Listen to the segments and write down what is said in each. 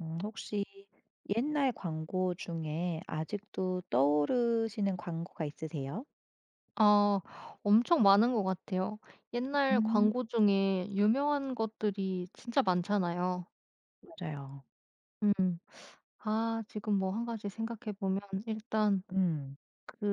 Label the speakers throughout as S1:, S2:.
S1: 음, 혹시 옛날 광고 중에 아직도 떠오르시는 광고가 있으세요?
S2: 아 엄청 많은 것 같아요. 옛날
S1: 음,
S2: 광고 중에 유명한 것들이 진짜 많잖아요.
S1: 맞아요.
S2: 음. 아 지금 뭐 한 가지 생각해 보면 일단
S1: 음.
S2: 그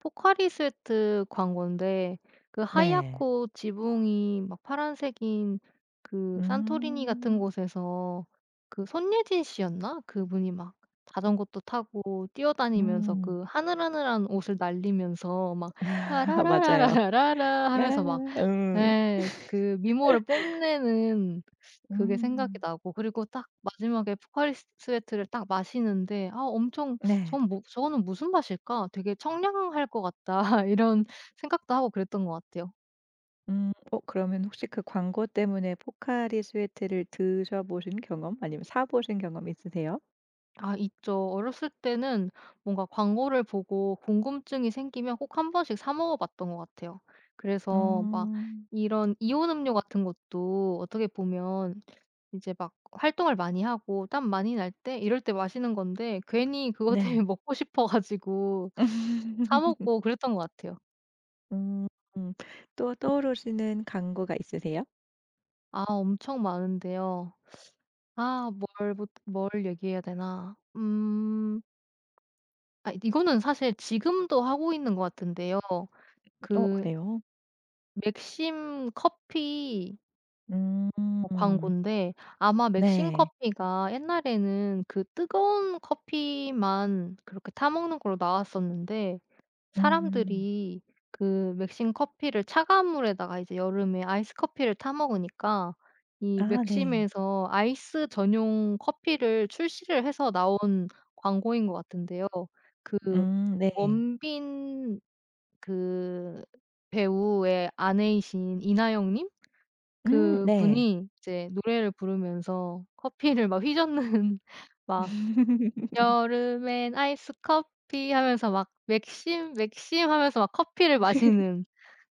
S2: 포카리 스웨트 광고인데 그
S1: 네.
S2: 하얗고 지붕이 막 파란색인 그 산토리니 같은
S1: 음.
S2: 곳에서 그 손예진 씨였나? 그분이 막 자전거도 타고 뛰어다니면서
S1: 음.
S2: 그 하늘하늘한 옷을 날리면서 막
S1: 맞아요.
S2: "라라라라라라라."
S1: 네.
S2: 하면서 막
S1: 음.
S2: 예. 그 미모를 뽐내는 그게 생각이
S1: 음.
S2: 나고 그리고 딱 마지막에 포카리 스 스웨트를 딱 마시는데 '아 엄청
S1: 네.
S2: 전 뭐 저거는 무슨 맛일까? 되게 청량할 것 같다.' 이런 생각도 하고 그랬던 것 같아요.
S1: 음. 어, 그러면 혹시 그 광고 때문에 포카리 스웨트를 드셔 보신 경험 아니면 사 보신 경험 있으세요?
S2: 아 있죠. 어렸을 때는 뭔가 광고를 보고 궁금증이 생기면 꼭 한 번씩 사 먹어 봤던 것 같아요. 그래서 막
S1: 음.
S2: 이런 이온 음료 같은 것도 어떻게 보면 이제 막 활동을 많이 하고 땀 많이 날 때 이럴 때 마시는 건데 괜히 그것 때문에
S1: 네.
S2: 먹고 싶어 가지고 사 먹고 그랬던 것 같아요.
S1: 음. 또 떠오르시는 광고가 있으세요?
S2: 아 엄청 많은데요. 아 뭘부 뭘 얘기해야 되나? 음. 아 이거는 사실 지금도 하고 있는 것 같은데요.
S1: 어,
S2: 그
S1: 그래요?
S2: 맥심 커피 어
S1: 음.
S2: 광고인데 아마 맥심
S1: 네.
S2: 커피가 옛날에는 그 뜨거운 커피만 그렇게 타 먹는 걸로 나왔었는데
S1: 음.
S2: 사람들이 그 맥심 커피를 차가운 물에다가 이제 여름에 아이스 커피를 타 먹으니까 이
S1: 아, 네.
S2: 맥심에서 아이스 전용 커피를 출시를 해서 나온 광고인 것 같은데요. 그
S1: 음, 네.
S2: 원빈 그 배우의 아내이신 이나영 님
S1: 음, 네.
S2: 그분이 이제 노래를 부르면서 커피를 막 휘젓는 막 여름엔 아이스 커피 하면서 막 맥심, 맥심 하면서 막 커피를 마시는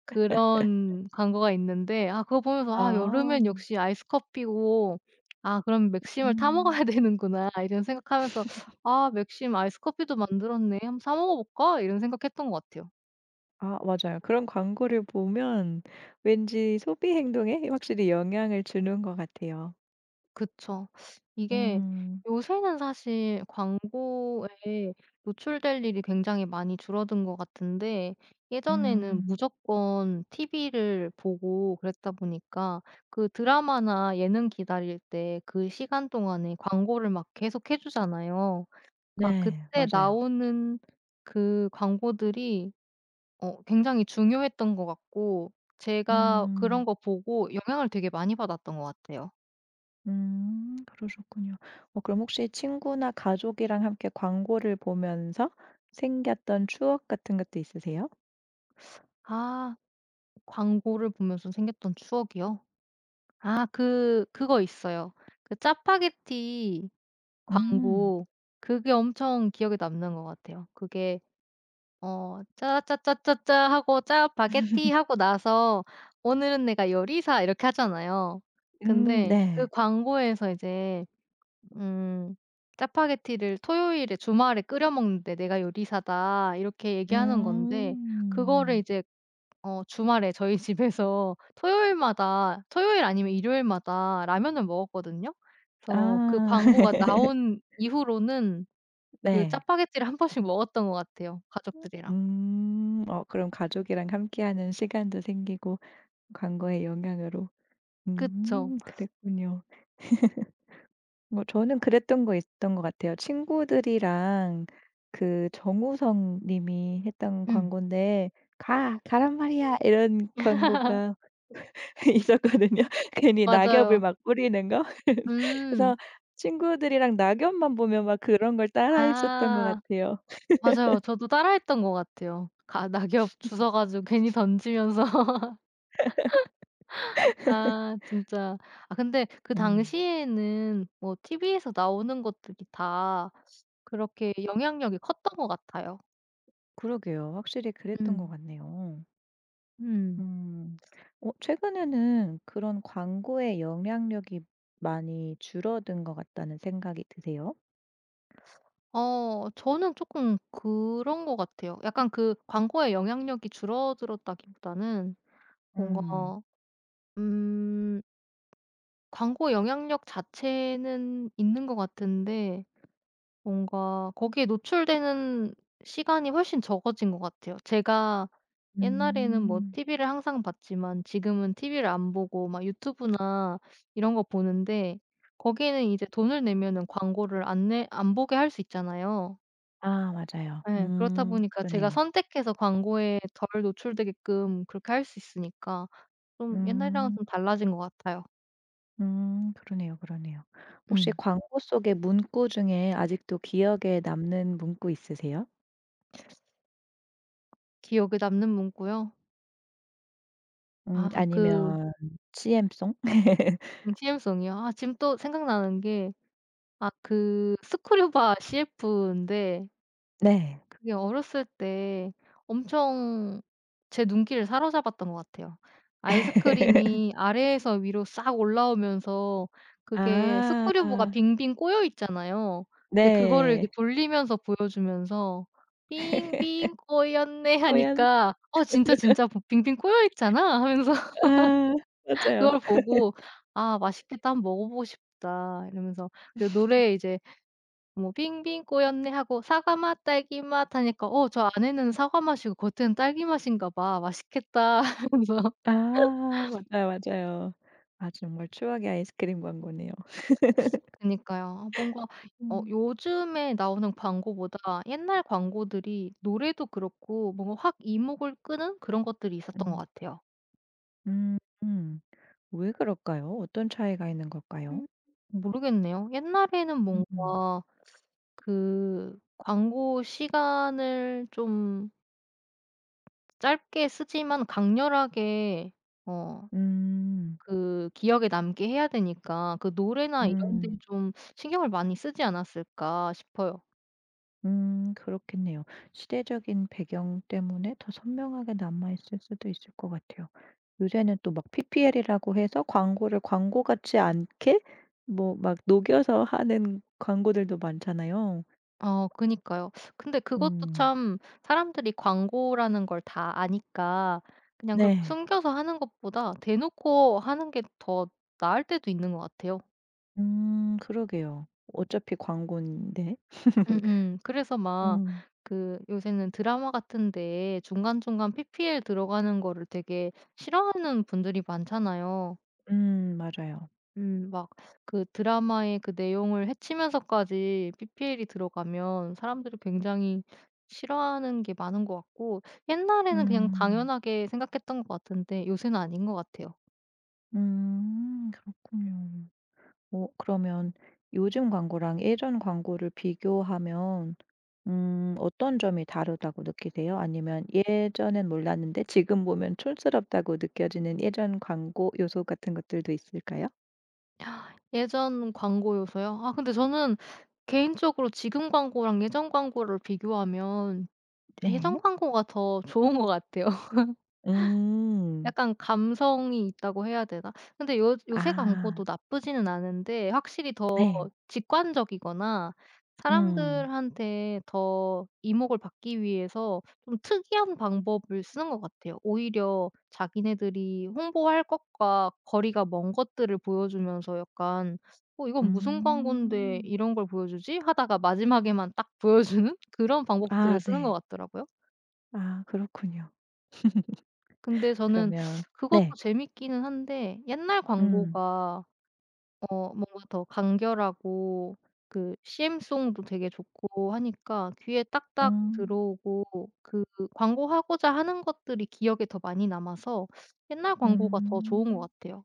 S2: 그런 광고가 있는데 아 그거 보면서 '아
S1: 아.
S2: 여름엔 역시 아이스 커피고 아 그럼 맥심을 타 먹어야
S1: 음.
S2: 되는구나.' 이런 생각하면서 '아 맥심 아이스 커피도 만들었네. 한번 사 먹어 볼까?' 이런 생각했던 것 같아요.
S1: 아, 맞아요. 그런 광고를 보면 왠지 소비 행동에 확실히 영향을 주는 것 같아요.
S2: 그쵸. 이게
S1: 음.
S2: 요새는 사실 광고에 노출될 일이 굉장히 많이 줄어든 것 같은데 예전에는
S1: 음.
S2: 무조건 TV를 보고 그랬다 보니까 그 드라마나 예능 기다릴 때 그 시간 동안에 광고를 막 계속 해 주잖아요. 그러니까
S1: 네,
S2: 그때
S1: 맞아요.
S2: 나오는 그 광고들이 어 굉장히 중요했던 것 같고 제가 그런
S1: 음.
S2: 거 보고 영향을 되게 많이 받았던 것 같아요.
S1: 음, 그러셨군요. 어, 그럼 혹시 친구나 가족이랑 함께 광고를 보면서 생겼던 추억 같은 것도 있으세요?
S2: '아 광고를 보면서 생겼던 추억이요? 아 그 그거 있어요. 그 짜파게티
S1: 음.
S2: 광고 그게 엄청 기억에 남는 것 같아요. 그게 어 "짜짜짜짜짜." 하고 짜파게티 하고 나서 "오늘은 내가 요리사." 이렇게 하잖아요.
S1: 음,
S2: 근데 그
S1: 네.
S2: 광고에서 이제 음 짜파게티를 토요일에 주말에 끓여 먹는데 "내가 요리사다." 이렇게 얘기하는 건데 그거를
S1: 음.
S2: 이제 어 주말에 저희 집에서 토요일마다 토요일 아니면 일요일마다 라면을 먹었거든요. 그래서 그
S1: 아.
S2: 광고가 나온 이후로는 그
S1: 네.
S2: 짜파게티를 한 번씩 먹었던 것 같아요, 가족들이랑.
S1: 음. 어, 그럼 가족이랑 함께하는 시간도 생기고 광고의 영향으로.
S2: 그쵸.
S1: 음, 그랬군요. 뭐, 저는 그랬던 거 있었던 것 같아요. 친구들이랑 그 정우성 님이 했던
S2: 음.
S1: 광고인데 "가. 가란 말이야." 이런 광고가 있었거든요. 괜히 낙엽을
S2: 맞아요.
S1: 막 뿌리는 거.
S2: 음.
S1: 그래서 친구들이랑 낙엽만 보면 막 그런 걸 따라했었던 것
S2: 아.
S1: 같아요.
S2: 맞아요. 저도 따라했던 것 같아요. 가 낙엽 주워 가지고 괜히 던지면서. 아 진짜. 아 근데 그
S1: 음.
S2: 당시에는 뭐 티브이에서 나오는 것들이 다 그렇게 영향력이 컸던 것 같아요.
S1: 그러게요. 확실히 그랬던 것
S2: 음.
S1: 같네요.
S2: 음.
S1: 음. 어, 최근에는 그런 광고의 영향력이 많이 줄어든 것 같다는 생각이 드세요?
S2: 어 저는 조금 그런 것 같아요. 약간 그 광고의 영향력이 줄어들었다기보다는 뭔가
S1: 음.
S2: 음 광고 영향력 자체는 있는 것 같은데 뭔가 거기에 노출되는 시간이 훨씬 적어진 것 같아요. 제가 옛날에는 뭐
S1: 음.
S2: TV를 항상 봤지만 지금은 TV를 안 보고 막 유튜브나 이런 거 보는데 거기에는 이제 돈을 내면은 광고를 안 보게 할 수 있잖아요.
S1: 아, 맞아요.
S2: 예. 그렇다
S1: 음,
S2: 보니까 제가
S1: 그러네요.
S2: 선택해서 광고에 덜 노출되게끔 그렇게 할 수 있으니까 좀 옛날이랑은
S1: 음.
S2: 좀 달라진 것 같아요.
S1: 음, 그러네요, 그러네요. 혹시
S2: 음.
S1: 광고 속의 문구 중에 아직도 기억에 남는 문구 있으세요?
S2: 기억에 남는 문구요?
S1: 음,
S2: 아 그
S1: 아니면 CM송?
S2: CM송이요? 아 지금 또 생각나는 게 아 그 스크류바 CF인데
S1: 네.
S2: 그게 어렸을 때 엄청 제 눈길을 사로잡았던 것 같아요. 아이스크림이 아래에서 위로 싹 올라오면서 그게 스크류브가
S1: 아,
S2: 빙빙 꼬여 있잖아요. 근데 그거를 이렇게
S1: 네.
S2: 돌리면서 보여주면서 "빙빙 꼬였네."
S1: 고얀.
S2: 하니까 '어 진짜, 진짜 보 빙빙 꼬여 있잖아.' 하면서
S1: 아, 맞아요.
S2: 그걸 보고 '아 맛있겠다. 한번 먹어보고 싶다.' 이러면서 그 노래에 이제 뭐 "빙빙 꼬였네." 하고 "사과 맛, 딸기 맛." 하니까 "어 저 안에는 사과 맛이고 겉에는 딸기 맛인가 봐. 맛있겠다." 하면서
S1: 아, 맞아요, 맞아요. 아, 정말 추억의 아이스크림 광고네요.
S2: 그니까요. 뭔가 어
S1: 음.
S2: 요즘에 나오는 광고보다 옛날 광고들이 노래도 그렇고 뭔가 확 이목을 끄는 그런 것들이 있었던 것
S1: 음.
S2: 같아요.
S1: 음. 음. 왜 그럴까요? 어떤 차이가 있는 걸까요?
S2: 음. 모르겠네요. 옛날에는
S1: 음.
S2: 뭔가 그 광고 시간을 좀 짧게 쓰지만 강렬하게 어
S1: 음.
S2: 그 기억에 남게 해야 되니까 그 노래나 이런 데
S1: 음.
S2: 좀 신경을 많이 쓰지 않았을까 싶어요.
S1: 음, 그렇겠네요. 시대적인 배경 때문에 더 선명하게 남아있을 수도 있을 것 같아요. 요새는 또 막 PPL이라고 해서 광고를 광고 같지 않게 뭐 막 녹여서 하는 광고들도 많잖아요.
S2: 어 그니까요. 근데 그것도
S1: 음.
S2: 참 사람들이 광고라는 걸 다 아니까 그냥 그렇게
S1: 네.
S2: 숨겨서 하는 것보다 대놓고 하는 게 더 나을 때도 있는 것 같아요.
S1: 음, 그러게요. 어차피 광고인데.
S2: 음음. 그래서 막
S1: 음.
S2: 그 요새는 드라마 같은 데 중간중간 PPL 들어가는 거를 되게 싫어하는 분들이 많잖아요.
S1: 음, 맞아요.
S2: 막 그 드라마의 그 내용을 해치면서까지 PPL이 들어가면 사람들이 굉장히 싫어하는 게 많은 것 같고 옛날에는 그냥
S1: 음.
S2: 당연하게 생각했던 것 같은데 요새는 아닌 것 같아요.
S1: 음, 그렇군요. 어, 그러면 요즘 광고랑 예전 광고를 비교하면 음, 어떤 점이 다르다고 느끼세요? 아니면 예전엔 몰랐는데 지금 보면 촌스럽다고 느껴지는 예전 광고 요소 같은 것들도 있을까요?
S2: 예전 광고 요소요? 아 근데 저는 개인적으로 지금 광고랑 예전 광고를 비교하면
S1: 네.
S2: 예전 광고가 더 좋은 것 같아요.
S1: 음.
S2: 약간 감성이 있다고 해야 되나? 근데 요 요새
S1: 아.
S2: 광고도 나쁘지는 않은데 확실히 더
S1: 네.
S2: 직관적이거나
S1: 음.
S2: 사람들한테 더 이목을 받기 위해서 좀 특이한 방법을 쓰는 것 같아요. 오히려 자기네들이 홍보할 것과 거리가 먼 것들을 보여주면서 약간 '어 이건 무슨 광고인데
S1: 음.
S2: 이런 걸 보여주지?' 하다가 마지막에만 딱 보여주는 그런
S1: 아,
S2: 방법들을 쓰는 것
S1: 네.
S2: 같더라고요.
S1: 아, 그렇군요.
S2: 근데 저는
S1: 그러면 네.
S2: 그것도 재밌기는 한데 옛날
S1: 음.
S2: 광고가 어 뭔가 더 간결하고 그 CM송도 되게 좋고 하니까 귀에 딱딱
S1: 음.
S2: 들어오고 그 광고하고자 하는 것들이 기억에 더 많이 남아서 옛날 광고가 더 좋은 것
S1: 음.
S2: 같아요.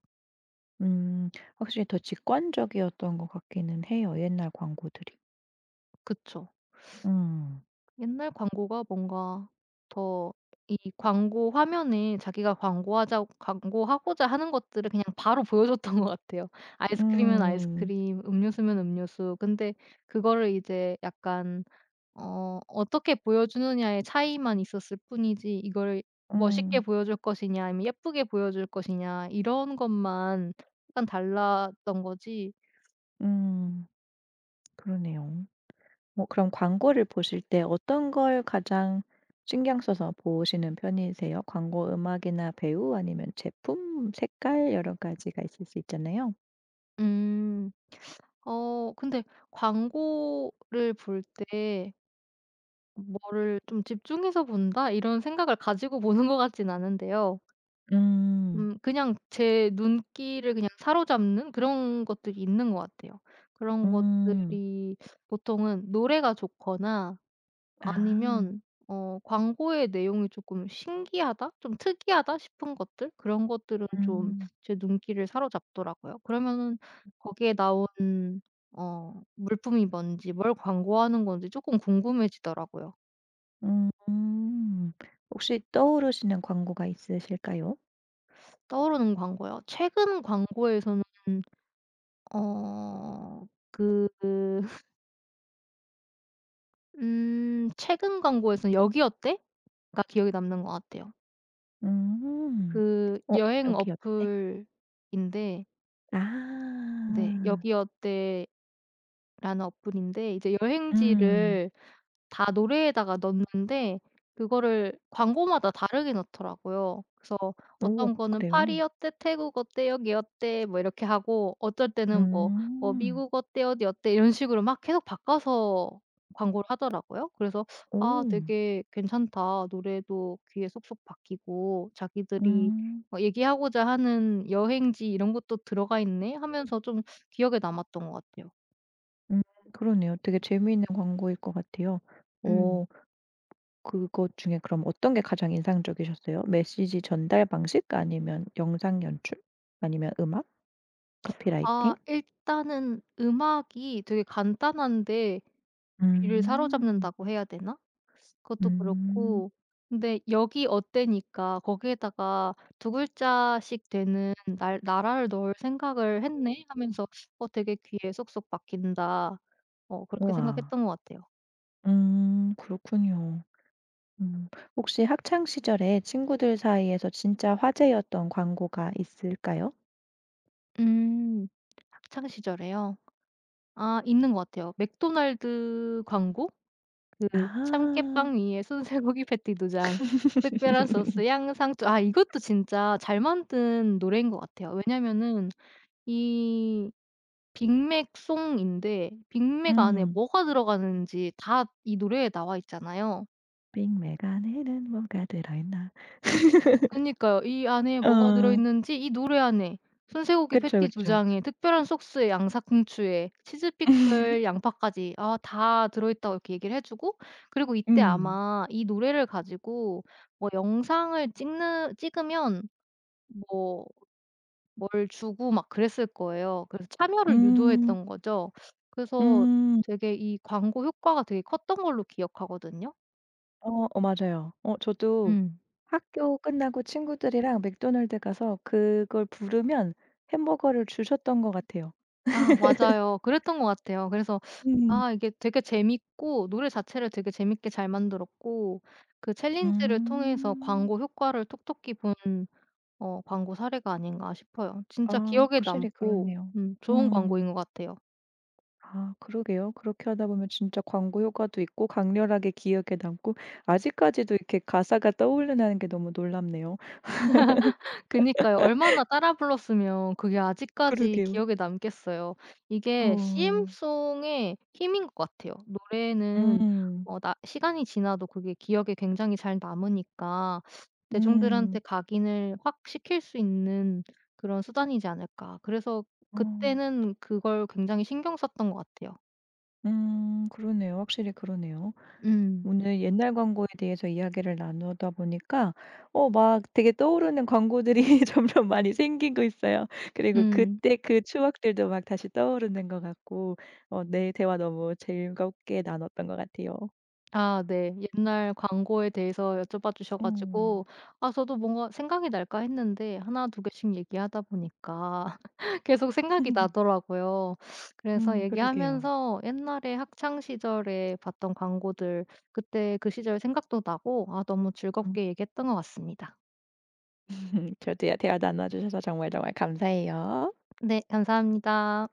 S1: 음. 확실히 더 직관적이었던 것 같기는 해요, 옛날 광고들이.
S2: 그쵸.
S1: 음.
S2: 옛날 광고가 뭔가 더 이 광고 화면에 자기가 광고하자 광고하고자 하는 것들을 그냥 바로 보여줬던 것 같아요. 아이스크림은
S1: 음.
S2: 아이스크림, 음료수면 음료수. 근데 그거를 이제 약간 어 어떻게 보여주느냐의 차이만 있었을 뿐이지 이걸
S1: 음.
S2: 멋있게
S1: 음.
S2: 보여줄 것이냐 아니면 예쁘게 보여줄 것이냐 이런 것만 약간 달랐던 거지.
S1: 음. 그러네요. 뭐, 그럼 광고를 보실 때 어떤 걸 가장 신경 써서 보시는 편이세요? 광고 음악이나 배우 아니면 제품, 색깔 여러 가지가 있을 수 있잖아요.
S2: 음. 어 근데 '광고를 볼 때 뭐를 좀 집중해서 본다.' 이런 생각을 가지고 보는 것 같진 않은데요.
S1: 음.
S2: 그냥 제 눈길을 그냥 사로잡는 그런 것들이 있는 것 같아요. 그런
S1: 음.
S2: 것들이 보통은 노래가 좋거나
S1: 아.
S2: 아니면 어 광고의 내용이 조금 신기하다? 좀 특이하다 싶은 것들? 그런 것들은 좀
S1: 음.
S2: 제 눈길을 사로잡더라고요. 그러면은 거기에 나온 어 물품이 뭔지 뭘 광고하는 건지 조금 궁금해지더라고요.
S1: 음. 음. 혹시 떠오르시는 광고가 있으실까요?
S2: 떠오르는 광고요? 최근 광고에서는 어 그 최근 광고에서는 "여기 어때?" 가 기억에 남는 것 같아요.
S1: 음.
S2: 그
S1: 어,
S2: 여행
S1: 여기 어때?
S2: 어플인데 네
S1: 아.
S2: "여기 어때?" 라는 어플인데 이제
S1: 음.
S2: 여행지를 다 노래에다가 넣는데 그거를 광고마다 다르게 넣더라고요. 그래서
S1: 오,
S2: 어떤 거는 "파리
S1: 그래요?
S2: 어때? 태국 어때? 여기 어때?" 뭐 이렇게 하고 어떨 때는 뭐 뭐
S1: 음.
S2: "미국 어때? 어디 어때?" 이런 식으로 막 계속 바꿔서 광고를 하더라고요. 그래서 '아
S1: 오.
S2: 되게 괜찮다. 노래도 귀에 쏙쏙 박히고 자기들이
S1: 음.
S2: 어 얘기하고자 하는 여행지 이런 것도 들어가 있네.' 하면서 좀 기억에 남았던 것 같아요.
S1: 음, 그러네요. 되게 재미있는 광고일 것 같아요.
S2: 음.
S1: 오, 그것 중에 그럼 어떤 게 가장 인상적이셨어요? 메시지 전달 방식 아니면 영상 연출 아니면 음악, 카피라이팅?
S2: 아 일단은 음악이 되게 간단한데 귀를
S1: 음.
S2: 사로잡는다고 해야 되나? 그것도
S1: 음.
S2: 그렇고 근데 "여기 어때"니까 거기에다가 두 글자씩 되는 날 나라를 넣을 생각을 했네 하면서 '어 되게 귀에 쏙쏙 박힌다.' 어 그렇게
S1: 우와.
S2: 생각했던 것 같아요.
S1: 음, 그렇군요. 음, 혹시 학창 시절에 친구들 사이에서 진짜 화제였던 광고가 있을까요?
S2: 음. 학창 시절에요? 아 있는 것 같아요. 맥도날드 광고? 그
S1: 아.
S2: 참깨빵 위에 순쇠고기 패티 도 장, 특별한 소스 양상추 아 이것도 진짜 잘 만든 노래인 것 같아요. 왜냐면은 이 빅맥 송인데 빅맥 안에
S1: 음.
S2: 뭐가 들어가는지 다 이 노래에 나와 있잖아요.
S1: 빅맥 안에는 뭐가 들어있나.
S2: 그니까요. 이 안에 뭐가
S1: 어.
S2: 들어있는지 이 노래 안에 순쇠고기
S1: 그쵸,
S2: 패티 두
S1: 그쵸.
S2: 장에 특별한 소스에 양상추에 치즈 피클 양파까지 아 다 들어있다고 이렇게 얘기를 해 주고 그리고 이때
S1: 음.
S2: 아마 이 노래를 가지고 뭐 영상을 찍는 찍으면 뭐 뭘 주고 막 그랬을 거예요. 그래서 참여를
S1: 음.
S2: 유도했던 거죠. 그래서
S1: 음.
S2: 되게 이 광고 효과가 되게 컸던 걸로 기억하거든요.
S1: 어, 어, 맞아요. 어, 저도
S2: 음.
S1: 학교 끝나고 친구들이랑 맥도날드 가서 그걸 부르면 햄버거를 주셨던 것 같아요.
S2: 아 맞아요. 그랬던 것 같아요. 그래서
S1: 음.
S2: 아 이게 되게 재밌고 노래 자체를 되게 재밌게 잘 만들었고 그 챌린지를 통해서
S1: 음.
S2: 광고 효과를 톡톡히 본 어 광고 사례가 아닌가 싶어요. 진짜
S1: 아,
S2: 기억에
S1: 확실히
S2: 남고
S1: 그렇네요.
S2: 좋은 광고인
S1: 음.
S2: 것 같아요.
S1: 아, 그러게요. 그렇게 하다 보면 진짜 광고 효과도 있고 강렬하게 기억에 남고 아직까지도 이렇게 가사가 떠오른다는 게 너무 놀랍네요.
S2: 그니까요. 얼마나 따라 불렀으면 그게 아직까지
S1: 그러게요.
S2: 기억에 남겠어요. 이게
S1: 어.
S2: CM송의 힘인 것 같아요. 노래는
S1: 음.
S2: 어 나 시간이 지나도 그게 기억에 굉장히 잘 남으니까
S1: 음.
S2: 대중들한테 각인을 확 시킬 수 있는 그런 수단이지 않을까. 그래서
S1: 어.
S2: 그때는 그걸 굉장히 신경 썼던 것 같아요.
S1: 음, 그러네요. 확실히 그러네요.
S2: 음.
S1: 오늘 옛날 광고에 대해서 이야기를 나누다 보니까 어, 막 되게 떠오르는 광고들이 점점 많이 생기고 있어요. 그리고
S2: 음.
S1: 그때 그 추억들도 막 다시 떠오르는 것 같고 어, 네, 대화 너무 즐겁게 나눴던 것 같아요.
S2: 아 네. 옛날 광고에 대해서 여쭤봐 주셔
S1: 음.
S2: 가지고 아 저도 뭔가 생각이 날까 했는데 하나, 두 개씩 얘기하다 보니까 계속 생각이 나더라고요. 그래서
S1: 음, 그러게요.
S2: 얘기하면서 옛날에 학창 시절에 봤던 광고들 그때 그 시절 생각도 나고 아 너무
S1: 음.
S2: 즐겁게 얘기했던 것 같습니다.
S1: 저도요. 대화 나눠 주셔서 정말 정말 감사해요.
S2: 네 감사합니다.